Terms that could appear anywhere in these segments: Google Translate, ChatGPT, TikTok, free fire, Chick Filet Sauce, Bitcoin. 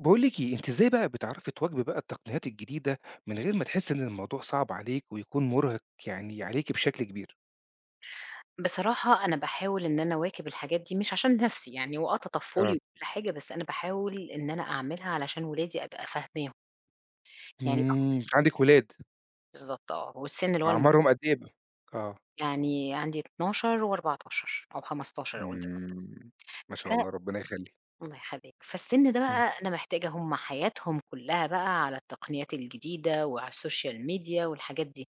باقول لِك إيه، أنتِ إزاي بقى بتعرفي تواكبي بقى التقنيات الجديدة من غير ما تحسّي إن الموضوع صعب عليكِ ويكون مُرهِق يعني عليكِ بشكل كبير؟ بصراحة أنا باحاول إن أنا أواكب الحاجات دي مش عشان نَفْسي، يعني هو آه. تطفُّلي وكل حاجة، بس أنا باحاول إن أنا أعملها علشان ولادي أبقى فاهماهم. يعني آه إمم، أنتِ عندِك ولاد، بالضبط آه، والسِن اللي هو الم أعمارهم قد إيه بقى؟ آه. يعني عندي 12 و14 أو 15 أقول دلوقتي. إمم. ما ف شاء الله، ربنا يخلّي. الله يخلّيك. فالسِن ده إمم، بقى أنا محتاجة، هم حياتهم كلّها بقى على التقنيات الجديدة وعلى السوشيال ميديا والحاجات دي.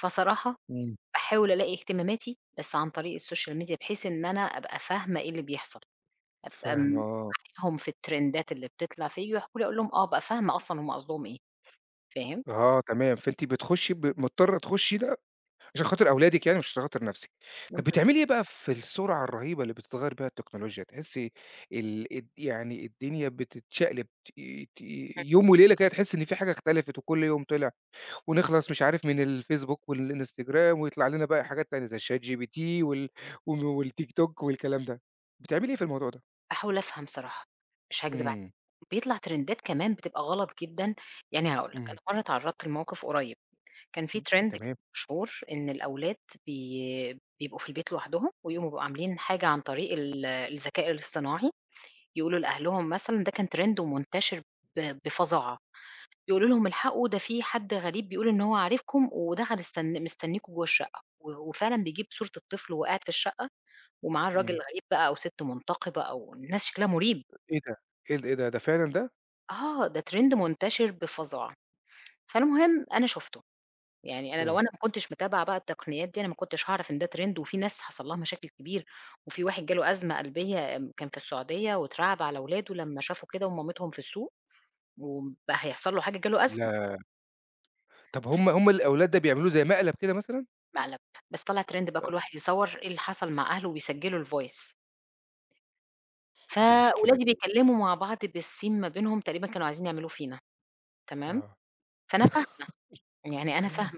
فصراحة إمم. باحاول ألاقي اهتماماتي بس عن طريق السوشيال ميديا بحيث إن أنا أبقى فاهمة إيه اللي بيحصل. أبقى فاهمة، م آه. معاهم في الترندات اللي بتطلع، فييجوا يحكوا لي أقول لهم آه، أبقى فاهمة أصلًا هُم قصدهم إيه، فاهم؟ آه، تمام، فأنتِ بتخُشّي مضطرة تخُشّي لأ عشان خاطر أولادِك يعني مش عشان خاطر نَفْسِك. طَب إمم، بالض بتعملي إيه بقى في السرعة الرهيبة اللي بتتغيّر بيها التكنولوجيا؟ تحسّي ال الد يعني الدنيا بتتشقلب ت ت يوم وليلة كده، تحسّي إن في حاجة اختلفت وكل يوم طلع ونخلص مش عارف من الفيسبوك والإنستجرام، ويطلع لنا بقى حاجات تانية زي ChatGPT والتيك توك والكلام ده. بتعملي إيه في الموضوع ده؟ باحاول أفهم صراحة، مش هاكذب عليك. إمم، بيطلع ترندات كمان بتبقى غلط جدا. يعني هاقول لك إمم، أنا مرّة اتعرّضت لموقف قريب. كان في ترند كده تمام، مشهور إن الأولاد بيبقوا في البيت لوحدهم ويقوموا بيبقوا عاملين حاجة عن طريق الذكاء الاصطناعي، يقولوا لأهلهم. مثلًا ده كان ترند ومنتشر بفظاعة. يقولوا لهم: "الحقوا، ده في حد غريب بيقول إن هو عارفكم ودخل مستنيكم جوّه الشقة." وفعلًا بيجيب صورة الطفل وهو قاعد في الشقة ومعاه الراجل إمم. الغريب بقى، أو ست منتقبة، أو ناس شكلها مُريب. إيه ده؟ إيه ده، ده فعلًا ده؟ آه، ده trend منتشر بفظاعة. فالمهم أنا شُفته. يعني أنا لو آه. أنا ما كنتش متابعة بقى التقنيات دي، أنا ما كنتش هاعرف إن ده trend وفي ناس حصل لها مشاكل كبير. وفي واحد جاله أزمة قلبية، كان في السعودية واترعّب على ولاده لمّا شافوا كده ومامتهم في السوق وبقى هيحصل له حاجة، جاله أزمة. لا، طَب هم الأولاد ده بيعملوه زي مقلب كده مثلًا؟ مقلب، بس طلع trend بقى أ، كل واحد يصوّر إيه اللي حصل مع أهله ويسجّلوا الvoice. دي مشكلة فولادي دي. بيتكلموا مع بعض بالسيم، ما بينهم تقريبًا كانوا عايزين يعملوه فينا. تمام، آه. فأنا فاهمة، يعني أنا فاهمة.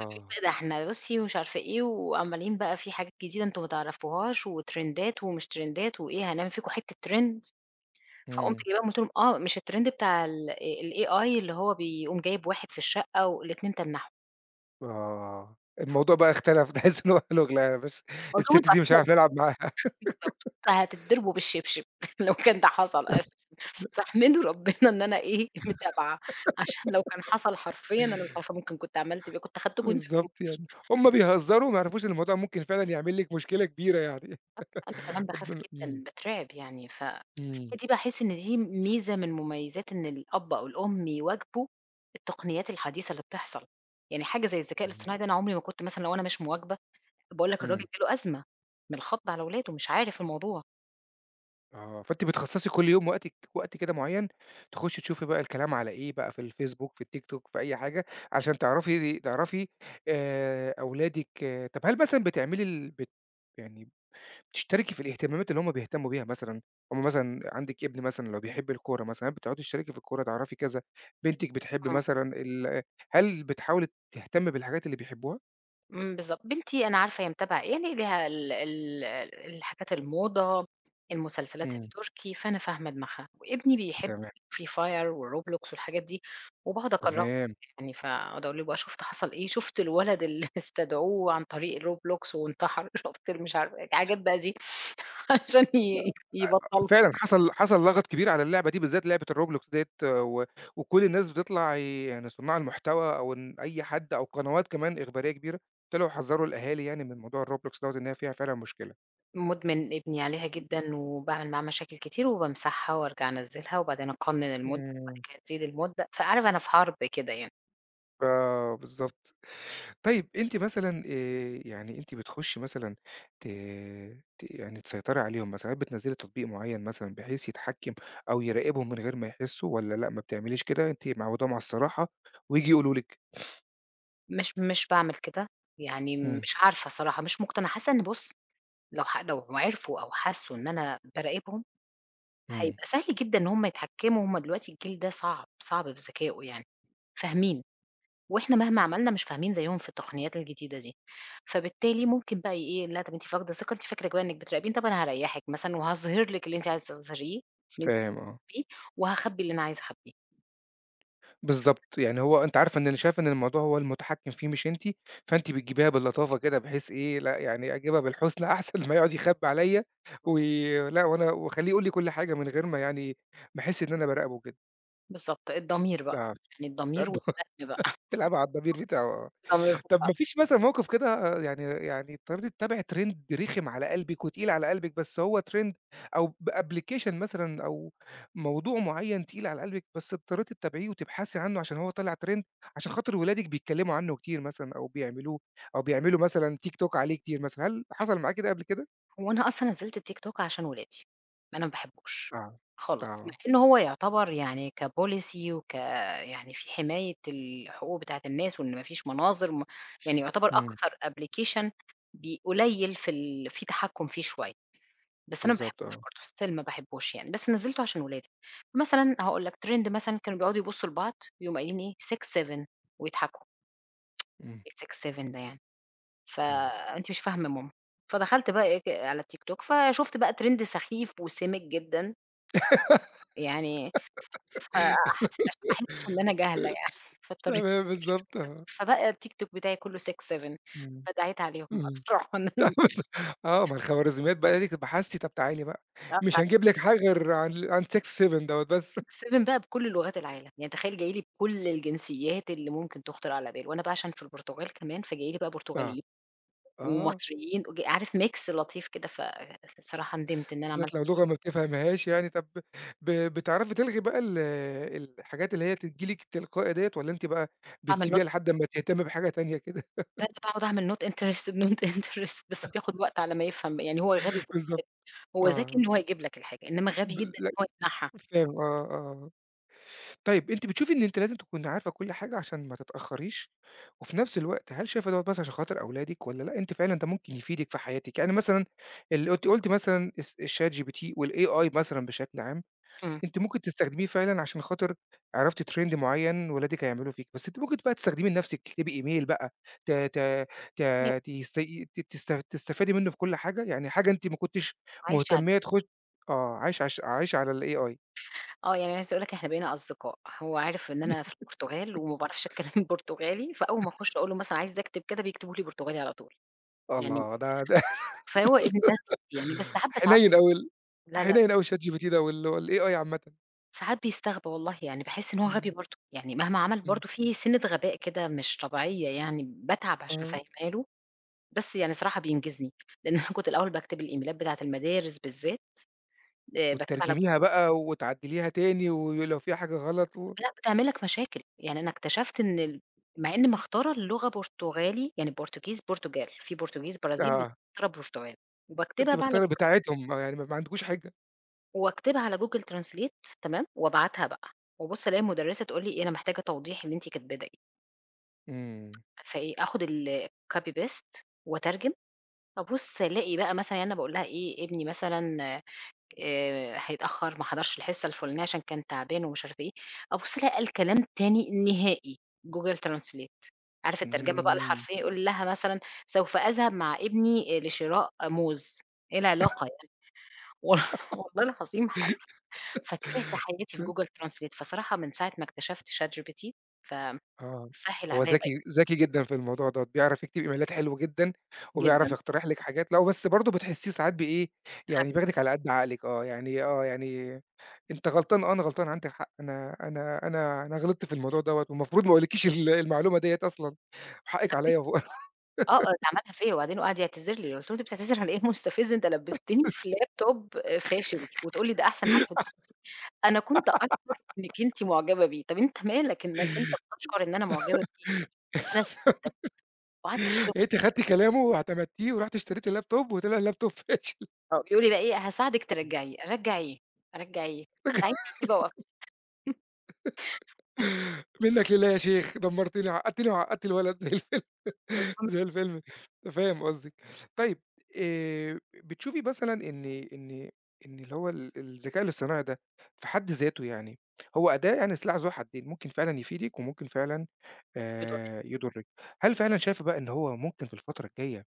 فبيقولوا بقى ده إحنا بُصّي ومش عارفة إيه، وعمّالين بقى في حاجات جديدة أنتم ما تعرفوهاش وترندات ومش ترندات، وإيه هنعمل فيكم حتّة trend. فقُمت إمم. جايباهم قُلت لهم آه، مش الtrend بتاع الAI اللي هو بيقوم جايب واحد في الشقة والاتنين تنّحوا. آه. الموضوع بقى اختلف، تحس إن هو قال لك لأ، بس قُلت لهم أنتم السِت دي مش هنعرف عارفين نلعب معاها. بالضبط، فهتتضربوا بالشبشب لو كان ده حصل أساسًا. فاحمدوا ربنا إن أنا إيه، متابعة، عشان لو كان حصل حرفيًا أنا مش عارفة ممكن كنت عملت إيه، كنت أخدته ونزلت بالضبط مصر. يعني. هم بيهزروا وما يعرفوش إن الموضوع ممكن فعلًا يعمل لِك مشكلة كبيرة يعني. أنا كمان باخاف ربنا. إمم. جدًا، باترعب يعني. إمم. فهي دي، باحس إن دي ميزة من مميزات إن الأب أو الأم يواكبوا التقنيات الحديثة اللي بتحصل. يعني حاجة زي الذكاء إمم. الاصطناعي ده، أنا عمري ما كنت مثلًا لو أنا مش مواكبة باقول لك الراجل إمم. جاله أزمة من الخضّ على ولاده، مش عارف الموضوع. آه. فأنتِ بتخصّصي كل يوم وقتِك، وقت كده معيّن، تخُشّي تشوفي بقى الكلام على إيه بقى في الفيسبوك، في التيك توك، في أي حاجة، عشان تعرفي أولادِك، آه. طب هل مثلًا بتعملي ال بت يعني تشتركي في الاهتمامات اللي هُم بيهتموا بيها مثلًا، هُم مثلًا عندِك ابن مثلًا لو بيحب الكورة مثلًا، هل بتقعدي تشتركي في الكورة، تعرفي كذا، بنتِك بتحب مثلًا هل بتحاولي تهتمي بالحاجات اللي بيحبوها؟ إمم، بالضبط. بنتي أنا عارفة هي متابعة إيه، يعني ليها ال ال الحاجات، الموضة، المسلسلات إمم، التركي، فأنا فاهمة دماغها. وابني بيحب تمام، free fire وRoblox والحاجات دي، وباقعد أكرّهه تمام. يعني. فاقعد أقول له بقى شُفت حصل إيه، شُفت الولد اللي استدعوه عن طريق الRoblox وانتحر، شُفت مش عارفة إيه، حاجات بقى دي عشان يبطّلها. فعلًا حصل لغط كبير على اللعبة دي، بالذات لعبة الRoblox ديّة، و وكل الناس بتطلع يعني صُناع المحتوى أو إن أي حد أو قنوات كمان إخبارية كبيرة، طلعوا حذّروا الأهالي يعني من موضوع الRoblox دوّة، إن هي فيها فعلًا مشكلة. مُدمن ابني عليها جدًا وباعمل معاه مشاكل كتير، وبامسحها وأرجع أنزّلها وبعدين أقنّن المُدة وبعد إمم. كده تزيد المُدة، فعارف أنا في حرب كده يعني. آه، بالضبط. طيب أنتِ مثلًا يعني أنتِ بتخُشّي مثلًا ت ت يعني تسيطري عليهم مثلًا، هل بتنزّلي تطبيق معيّن مثلًا بحيث يتحكّم أو يراقبهم من غير ما يحسّوا، والّا لأ ما بتعمليش كده، أنتِ معوّداهم على الصراحة وييجي يقولوا لِك؟ مش باعمل كده، يعني إمم، مش عارفة صراحة، مش مقتنعة، حاسة إن بُص، لو عرفوا أو حسوا إن أنا باراقبهم، إمم. هيبقى سهل جدًا إن هم يتحكموا. هم دلوقتي الجيل ده صعب، صعب في ذكائه يعني، فاهمين. وإحنا مهما عملنا مش فاهمين زيهم في التقنيات الجديدة دي، فبالتالي ممكن بقى إيه: "لأ، طَب أنتِ فاقدة ثقة، أنتِ فاكرة كمان إنِّك بتراقبيني، طَب أنا هاريّحِك مثلًا وهاظهر لِك اللي أنتِ عايزة تظهريه، اللي أنتِ فاهم، آه. هتخبيه، وهاخبي اللي أنا عايزة أخبيه." بالضبط، يعني هو أنتِ عارفة إن أنا شايف إن الموضوع هو المتحكّم فيه مش أنتِ، فأنتِ بتجيبيها باللطافة كده بحيث إيه، لأ يعني أجيبها بالحُسنى أحسن ما يقعد يخبّي عليَّ لأ، وأنا واخلّيه يقول لي كل حاجة من غير ما يعني ما أحس إن أنا باراقبه كده، بالضبط، الضمير بقى، آه، يعني الضمير والذنب بقى. تلعبي على الضمير بتاعه، آه. ضميرهم طب بقى. ما فيش مثلًا موقف كده، يعني اضطريتِ تتابعي trend رخم على قلبِك وتقيل على قلبِك، بس هو trend أو بapplication مثلًا، أو موضوع معيّن تقيل على قلبِك، بس اضطريتِ تتابعيه وتبحثي عنه عشان هو طلع trend عشان خاطر ولادِك بيتكلموا عنه كتير مثلًا، أو بيعملوه، أو بيعملوا مثلًا TikTok عليه كتير مثلًا، هل حصل معاكِ ده قبل كده؟ هو أنا أصلًا نزّلت التيك توك عشان ولادي، أنا ما باحبوش آه، خالص. مع آه، إن هو يعتبر يعني كpolicy، يعني في حماية الحقوق بتاعة الناس وإن ما فيش مناظر يعني، يعتبر إمم، أكثر application قليل في تحكُّم فيه شوية. بس أنا ما بالضبط باحبوش آه، برضه، still ما باحبوش يعني، بس نزّلته عشان ولادي. مثلًا هاقول لك trend مثلًا كانوا بيقعدوا يبُصّوا لبعض، يقوموا قايلين إيه 6، 7 ويضحكوا. إمم، إيه 6، 7 ده يعني؟ آه، فأنتِ مش فاهمة يا ماما. فدخلت بقى إيه على التيك توك، فشُفت بقى ترند سخيف وسِمِج جدًا يعني. فحس عشان ما أحسّش إن أنا جاهلة آآ، يعني في الطريق. تمام بالضبط آه، فبقى التيك توك بتاعي كُلّه 6، 7. إمم، فدعيت عليهم بقى إمم. بصراحة إن أنا آه، ما الخوارزميات بقى دي كانت بحثتي، طب تعالي بقى، مش قطّعت. هنجيب لِك حاجة غير عن 6، 7 دوّة بس. 6، 7 بقى بكل لغات العالم. يعني تخيّل جاي لي بكل الجنسيات اللي ممكن تُخطر على بال، وأنا بقى عشان في البرتغال كمان، فجاي لي بقى آه، برتغاليين آه، ومصريين عارف mix لطيف كده. الصراحة ندمت إن أنا بالذات عملت لو لغة ما بتفهميهاش يعني. طب بتعرفي تلغي بقى الحاجات اللي هي تيجي لِك تلقائي ديّة، والّا أنتِ بقى أعمل بتسيبيها لحد أمّا تهتمي بحاجة تانية كده؟ ده. أنا باقعد أعمل not interested not interested بس بياخد وقت على ما يفهم، يعني هو غبي في الحتة بالضبط، دي. هو ذكي آه، إن هو يجيب لك الحاجة، إنما غبي جدًا لأ، إن هو يمنعها. فاهم، آه، آه. طيب أنتِ بتشوفي إن أنتِ لازم تكوني عارفة كل حاجة عشان ما تتأخّريش، وفي نفس الوقت هل شايفة دوّة بس عشان خاطر أولادِك، والّا لأ أنتِ فعلًا ده ممكن يفيدِك في حياتِك؟ يعني مثلًا أنتِ قُلتِ مثلًا الChatGPT والAI مثلًا بشكل عام، إمم، أنتِ ممكن تستخدميه فعلًا عشان خاطر عرفتِ trend معيّن ولادِك هيعملوه فيكِ، بس أنتِ ممكن بقى تستخدميه لنفسِك، تكتبي إيميل بقى ت ت ت تست ت تست تستفادي منه في كل حاجة، يعني حاجة أنتِ ما كنتيش عايش عليه. مهتمية تخش، آه، عايشة على الAI. آه، يعني عايزة أقول لك إحنا بقينا أصدقاء. هو عارف إن أنا في البرتغال وما باعرفش أتكلم برتغالي، فأول ما أخش أقول له مثلًا عايزة أكتب كده بيكتبوا لي برتغالي على طول. يعني الله! ده فهو ابن ناس يعني، بس ساعات حنيّن باتعصب. أوي لا، لا، حنيّن لا. أوي ChatGPT ده والAI عامةً. ساعات بيستغبى والله يعني، باحس إن هو غبي إمم، برضه. يعني مهما عمل إمم، برضه في سِنّة غباء كده مش طبيعية، يعني باتعب عشان آه، أفهمها له. بس يعني صراحة بينجزني، لإن أنا كنت الأول باكتب الإيميلات بتاعة المدارس بالذات. باكتبها على، وتترجميها بقى وتعدّليها تاني ولو فيها حاجة غلط، و لأ بتعمل لك مشاكل. يعني أنا اكتشفت إن مع إني مختارة اللغة برتغالي، يعني برتغيز برتجال، في برتغيز برازيل، بس آه، مختارة برتغال، وباكتبها أنتِ بقى على، مختارة بتاعتهم، آه، يعني ما عندكوش حِجة. واكتبها على Google Translate تمام، وابعتها بقى. وابُص ألاقي المدرسة تقول لي إيه، أنا محتاجة توضيح اللي أنتِ كاتباه ده إيه. إمم، فإيه آخد الcopy paste واترجم. ابُص ألاقي بقى مثلًا يعني أنا باقول لها إيه ابني مثلًا هيتأخّر، ما حضرش الحصة الفُلانية عشان كان تعبان ومش عارفة إيه. أبُص ألاقي الكلام تاني نهائي، Google Translate عارف الترجمة بقى إمم، الحرفية، يقول لها مثلًا: "سوف أذهب مع ابني لشراء موز." إيه العلاقة يعني؟ وال والله العظيم فكرهت حياتي في Google Translate. فصراحة من ساعة ما اكتشفت ChatGPT آه، فسهّل هو عليّا بقى ذكي، ذكي جدًا في الموضوع دوّة، بيعرف يكتب إيميلات حلو جدًا، كتير وبيعرف جدًا. يقترح لِك حاجات، لأ، بس برضه بتحسّيه ساعات بإيه، يعني حبيت بياخدِك على قد عقلِك، آه، يعني آه، يعني أنت غلطان، آه، أنا غلطان عندك حق، أنا غلطت في الموضوع دوّة، والمفروض ما أقولكيش المعلومة ديّة أصلًا، حقِّك حبيت. عليّا و آه، ده عملها فيّا وبعدين وقعد يعتذر لي، قُلت له: "أنتِ بتعتذري على إيه مستفز، أنت لبّستني في لابتوب فاشل وتقول لي ده أحسن حاجة في، أنا كنت أشعُر إنِّك أنتِ معجبة بيه. طَب أنت مالك إنّك أنت بتشعُر إن أنا معجبة بيه؟ أنا ساعدتك وقعدت أشتغل." أنتِ خدتِ كلامه واعتمدتيه ورُحتِ اشتريتِ اللاب توب وطلع اللاب توب فاشل، آه، يقولوا لي بقى إيه هاساعدك ترجّعيه، أرجّع إيه، أرجّع إيه. ساعتها دي بقى وقفت منّك لله يا شيخ، دمّرتني وعقّدتني وعقّدتِ الولد زي الفل. قُلت لهم: زي الفيلم، فاهم قصدِك. طيب بتشوفي مثلًا إن إن اللي هو الذكاء الاصطناعي ده في حد ذاته يعني هو أداة، يعني سلاح ذو حدين، ممكن فعلًا يفيدِك وممكن فعلًا ما تقبضوش. يضرِّك. هل فعلًا شايفة بقى إن هو ممكن في الفترة الجاية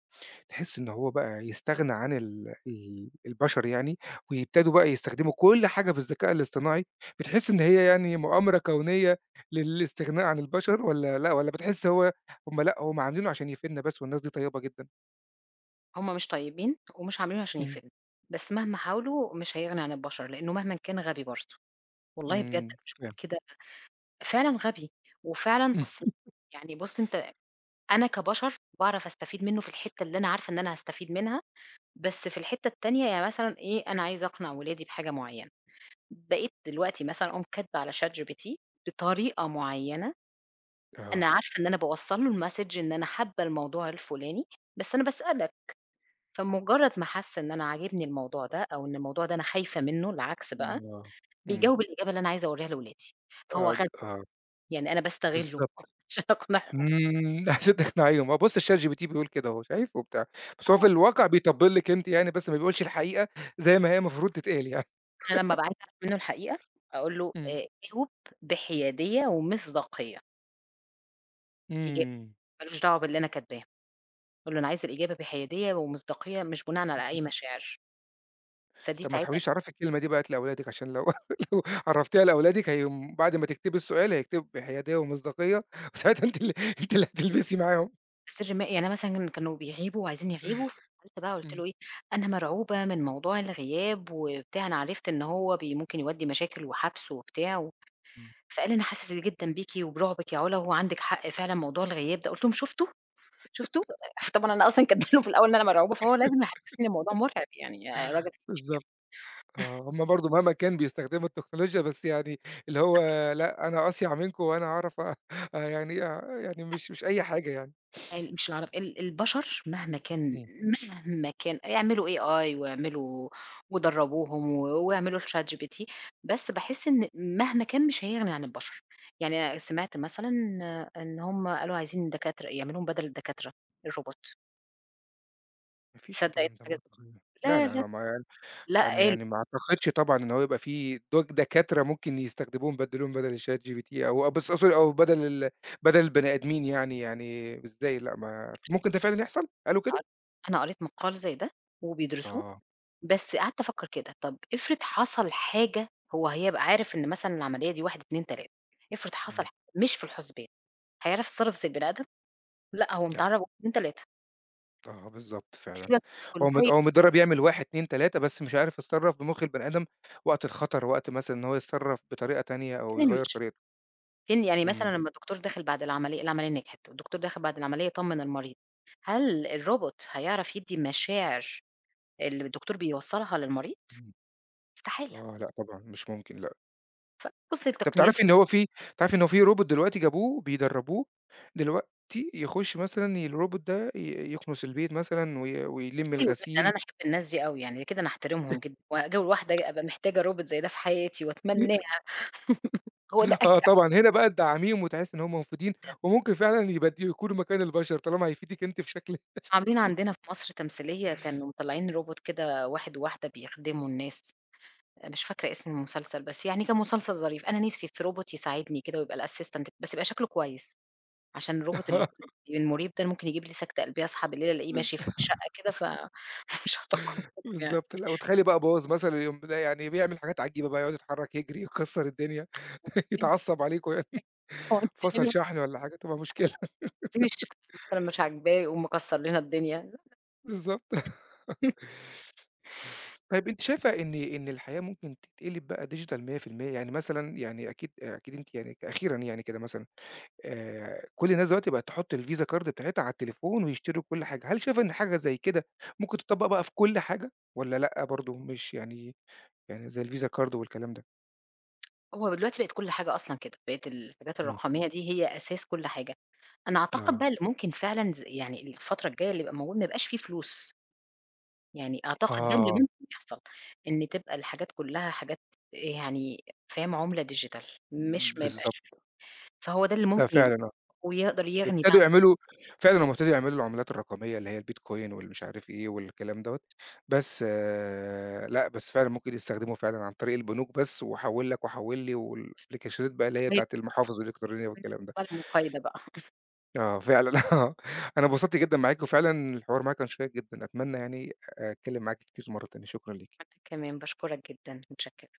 تحس إن هو بقى يستغنى عن ال ال البشر يعني، ويبتدوا بقى يستخدموا كل حاجة بالذكاء الاصطناعي، بتحس إن هي يعني مؤامرة كونية للاستغناء عن البشر، والّا لأ، والّا بتحس هو لأ، هم عاملينه عشان يفيدنا بس، والناس دي طيبة جدًا؟ هم مش طيبين ومش عاملينه عشان إمم. يفيدنا، بس مهما حاولوا مش هيغني عن البشر، لإنه مهمًا كان غبي برضه. والله بجد إمم، أنا مش باقول فاهم. كده، فعلًا غبي، وفعلًا مم. تص يعني بُص أنت، أنا كبشر باعرف أستفيد منّه في الحتّة اللي أنا عارفة إن أنا هاستفيد منها. بس في الحتّة التانية يعني مثلًا إيه، أنا عايزة أقنع ولادي بحاجة معيّنة، بقيت دلوقتي مثلًا أقوم كاتبة على ChatGPT بطريقة معيّنة. أنا آه، عارفة إن أنا باوصّل له الmessage إن أنا حابة الموضوع الفلاني، بس أنا باسألك. فمجرّد ما حَس إن أنا عاجبني الموضوع ده أو إن الموضوع ده أنا خايفة منّه، العكس بقى، آه، إمم. بيجاوب الإجابة اللي أنا عايزة أورّيها لولادي. فهو آه، ج غبي، آه، يعني أنا باستغلّه بالضبط، عشان أقنعهم. إمم، عشان تقنعيهم آه، بُص الChat GPT بيقول كده أهو، شايف وبتاع، بس هو في آه، الواقع بيطبل لِك أنتِ يعني، بس ما بيقولش الحقيقة زي ما هي المفروض تتقال يعني. أنا لمّا أبقى عايزة أعرف منّه الحقيقة، أقول له إمم، جاوب بحيادية ومصداقية، إجابة إمم. ما لوش دعوة باللي أنا كاتباه. باقول له: "أنا عايزة الإجابة بحيادية ومصداقية، مش بناءً على أي مشاعر." فدي طب ما ساعتها تحاوليش تعرّفي الكلمة دي بقت لأولادِك، عشان لو لو عرّفتيها لأولادِك هيقوم بعد ما تكتبي السؤال هيكتب حيادية ومصداقية، وساعتها أنتِ أنتِ اللي هتلبسي معاهم. سر ما يعني مثلًا كانوا بيغيبوا وعايزين يغيبوا، فدخلت بقى قُلت إمم. له إيه: "أنا مرعوبة من موضوع الغياب وبتاع، أنا عرفت إن هو ممكن يودّي مشاكل وحبس وبتاع و" إمم. فقال لي: "أنا حاسس جدًا بيكِ وبرعبِك يا علا، هو عندِك حق فعلًا موضوع الغياب ده." قُلت لهم: "شُفتوا، شُفتوا؟" طبعًا أنا أصلًا كاتبه له في الأول إن أنا مرعوبة، فهو لازم يحسسني إن الموضوع مرعب يعني، يا راجل. بالضبط آه، هم برضه مهما كان بيستخدموا التكنولوجيا، بس يعني اللي هو لأ، أنا أصيع منكم وأنا هاعرف أ يعني آه، يعني مش أي حاجة يعني. ال مش العرب ال البشر مهما كان، إمم. يعملوا AI ويعملوا ويدربوهم ويعملوا الChatGPT، بس باحس إن مهما كان مش هيغني عن البشر. يعني أنا سمعت مثلًا إن هُم قالوا عايزين دكاترة يعملوا لهم بدل الدكاترة الروبوت. ما فيش تصدق إن الكلام ده مع حاجة التكنولوجيا. زي؟ لا، لا، لا، لا، أنا ما لأ أنا قالوا، يعني ما أعتقدش طبعًا إن هو يبقى في دكاترة ممكن يستخدموهم يبدّلوهم بدل ChatGPT أو أ، بس أقصد أو بدل بدل البني آدمين يعني، يعني إزاي لأ ما ممكن ده فعلًا يحصل؟ قالوا كده؟ أنا قريت مقال زي ده وبيدرسوه. آه، بس قعدت أفكّر كده، طب افرض حصل حاجة، هو هيبقى عارف إن مثلًا العملية دي 1، 2، 3، افرض حصل إمم، مش في الحسبان، هيعرف يتصرّف زي البني آدم؟ لأ، هو لأ، متعرّب 1، 2، 3. آه بالضبط فعلًا. سيبك من كلّه هي هو متدرّب يعمل 1، 2، 3، بس مش عارف يتصرّف بمُخ البني آدم وقت الخطر، وقت مثلًا إن هو يتصرّف بطريقة تانية أو فين يغيّر المشي؟ طريقته. فين يعني إمم، مثلًا لمّا الدكتور داخل بعد العملية، نجحت والدكتور داخل بعد العملية يطمّن المريض، هل الروبوت هيعرف يدّي المشاعر اللي الدكتور بيوصّلها للمريض؟ إمم، استحالة. آه لأ طبعًا مش ممكن لأ. فبُص طب التقنيات دي تعرفي إن هو في robot دلوقتي جابوه بيدرّبوه دلوقتي يخُش مثلًا الrobot ده يكنس البيت مثلًا ويلِم حلوة جدًا، الغسيل. أنا أحب الناس دي أوي، يعني كده أنا أحترمهم جدًا. وأجوّل واحدة أبقى محتاجة روبوت زي ده في حياتي وأتمناها. هو ده آه أنجح. طبعًا، هنا بقى تدعّميهم وتحسّي إن هم مفيدين وممكن فعلًا يكونوا مكان البشر طالما هيفيدِك أنتِ بشكل عاملين شخصي. عندنا في مصر تمثيلية، كانوا مطلّعين روبوت كده واحد وواحدة بيخدموا الناس. مش فاكرة اسم المسلسل، بس يعني كان مسلسل ظريف. أنا نِفْسي في robot يساعدني كده ويبقى الassistant، بس يبقى شكله كويس، عشان الrobot آه، المُريب ده ممكن يجيب لي سكتة قلبية، أصحى بالليل ألاقيه بالض ماشي في الشقة كده، مش هاتقبّل يعني. بالضبط، لأ وتخيّلي بقى باظ مثلًا يقوم يعني بيعمل حاجات عجيبة بقى، يقعد يتحرّك، يجري، يكسّر الدنيا، يتعصّب عليكم يعني. هو أنتِ فَصَل شحن والّا حاجة، تبقى مشكلة. الشقة مثلًا مش عاجباه يقوم مكسّر لنا الدنيا. بالضبط. طيب أنتِ شايفة إن الحياة ممكن تتقلب بقى digital 100% يعني مثلًا، يعني أكيد أنتِ يعني أخيرًا يعني كده مثلًا كل الناس دلوقتي بقت تحط الVisa card بتاعتها على التليفون ويشتروا كل حاجة، هل شايفة إن حاجة زي كده ممكن تطبّق بقى في كل حاجة، والّا لأ برضه مش يعني، يعني زي الVisa card والكلام ده؟ هو دلوقتي بقت كل حاجة أصلًا كده، بقت الحاجات إمم، الرقمية دي هي أساس كل حاجة. أنا أعتقد آه، بقى اللي ممكن فعلًا يعني الفترة الجاية اللي يبقى موجود، ما يبقاش فيه فلوس. يعني أعتقد ده اللي آه. ممكن يحصل، إن تبقى الحاجات كلّها حاجات، يعني فاهم، عُملة ديجيتال، مش ما يبقاش. بالضبط، فهو ده اللي ده ممكن يبقى فعلًا آه. ويقدر يغني بقى ابتدوا عن يعملوا، فعلًا هم ابتدوا يعملوا العملات الرقمية اللي هي البيتكوين واللي مش عارف إيه والكلام دوّة، بس آه، لأ، بس فعلًا ممكن يستخدموه فعلًا عن طريق البنوك بس، وحوِّل لك وحوِّل لي والأبليكيشنات بقى اللي هي بتاعة المقايضة المحافظ الإلكترونية والكلام ده. بقى، المقايضة بقى. آه فعلًا آه. أنا اتبسطت جدًا معاك وفعلًا الحوار معاك كان شيّق جدًا، أتمنى يعني أتكلم معاك كتير مرّة تانية، شكرًا ليك. أنا كمان باشكرك جدًا، متشكرة.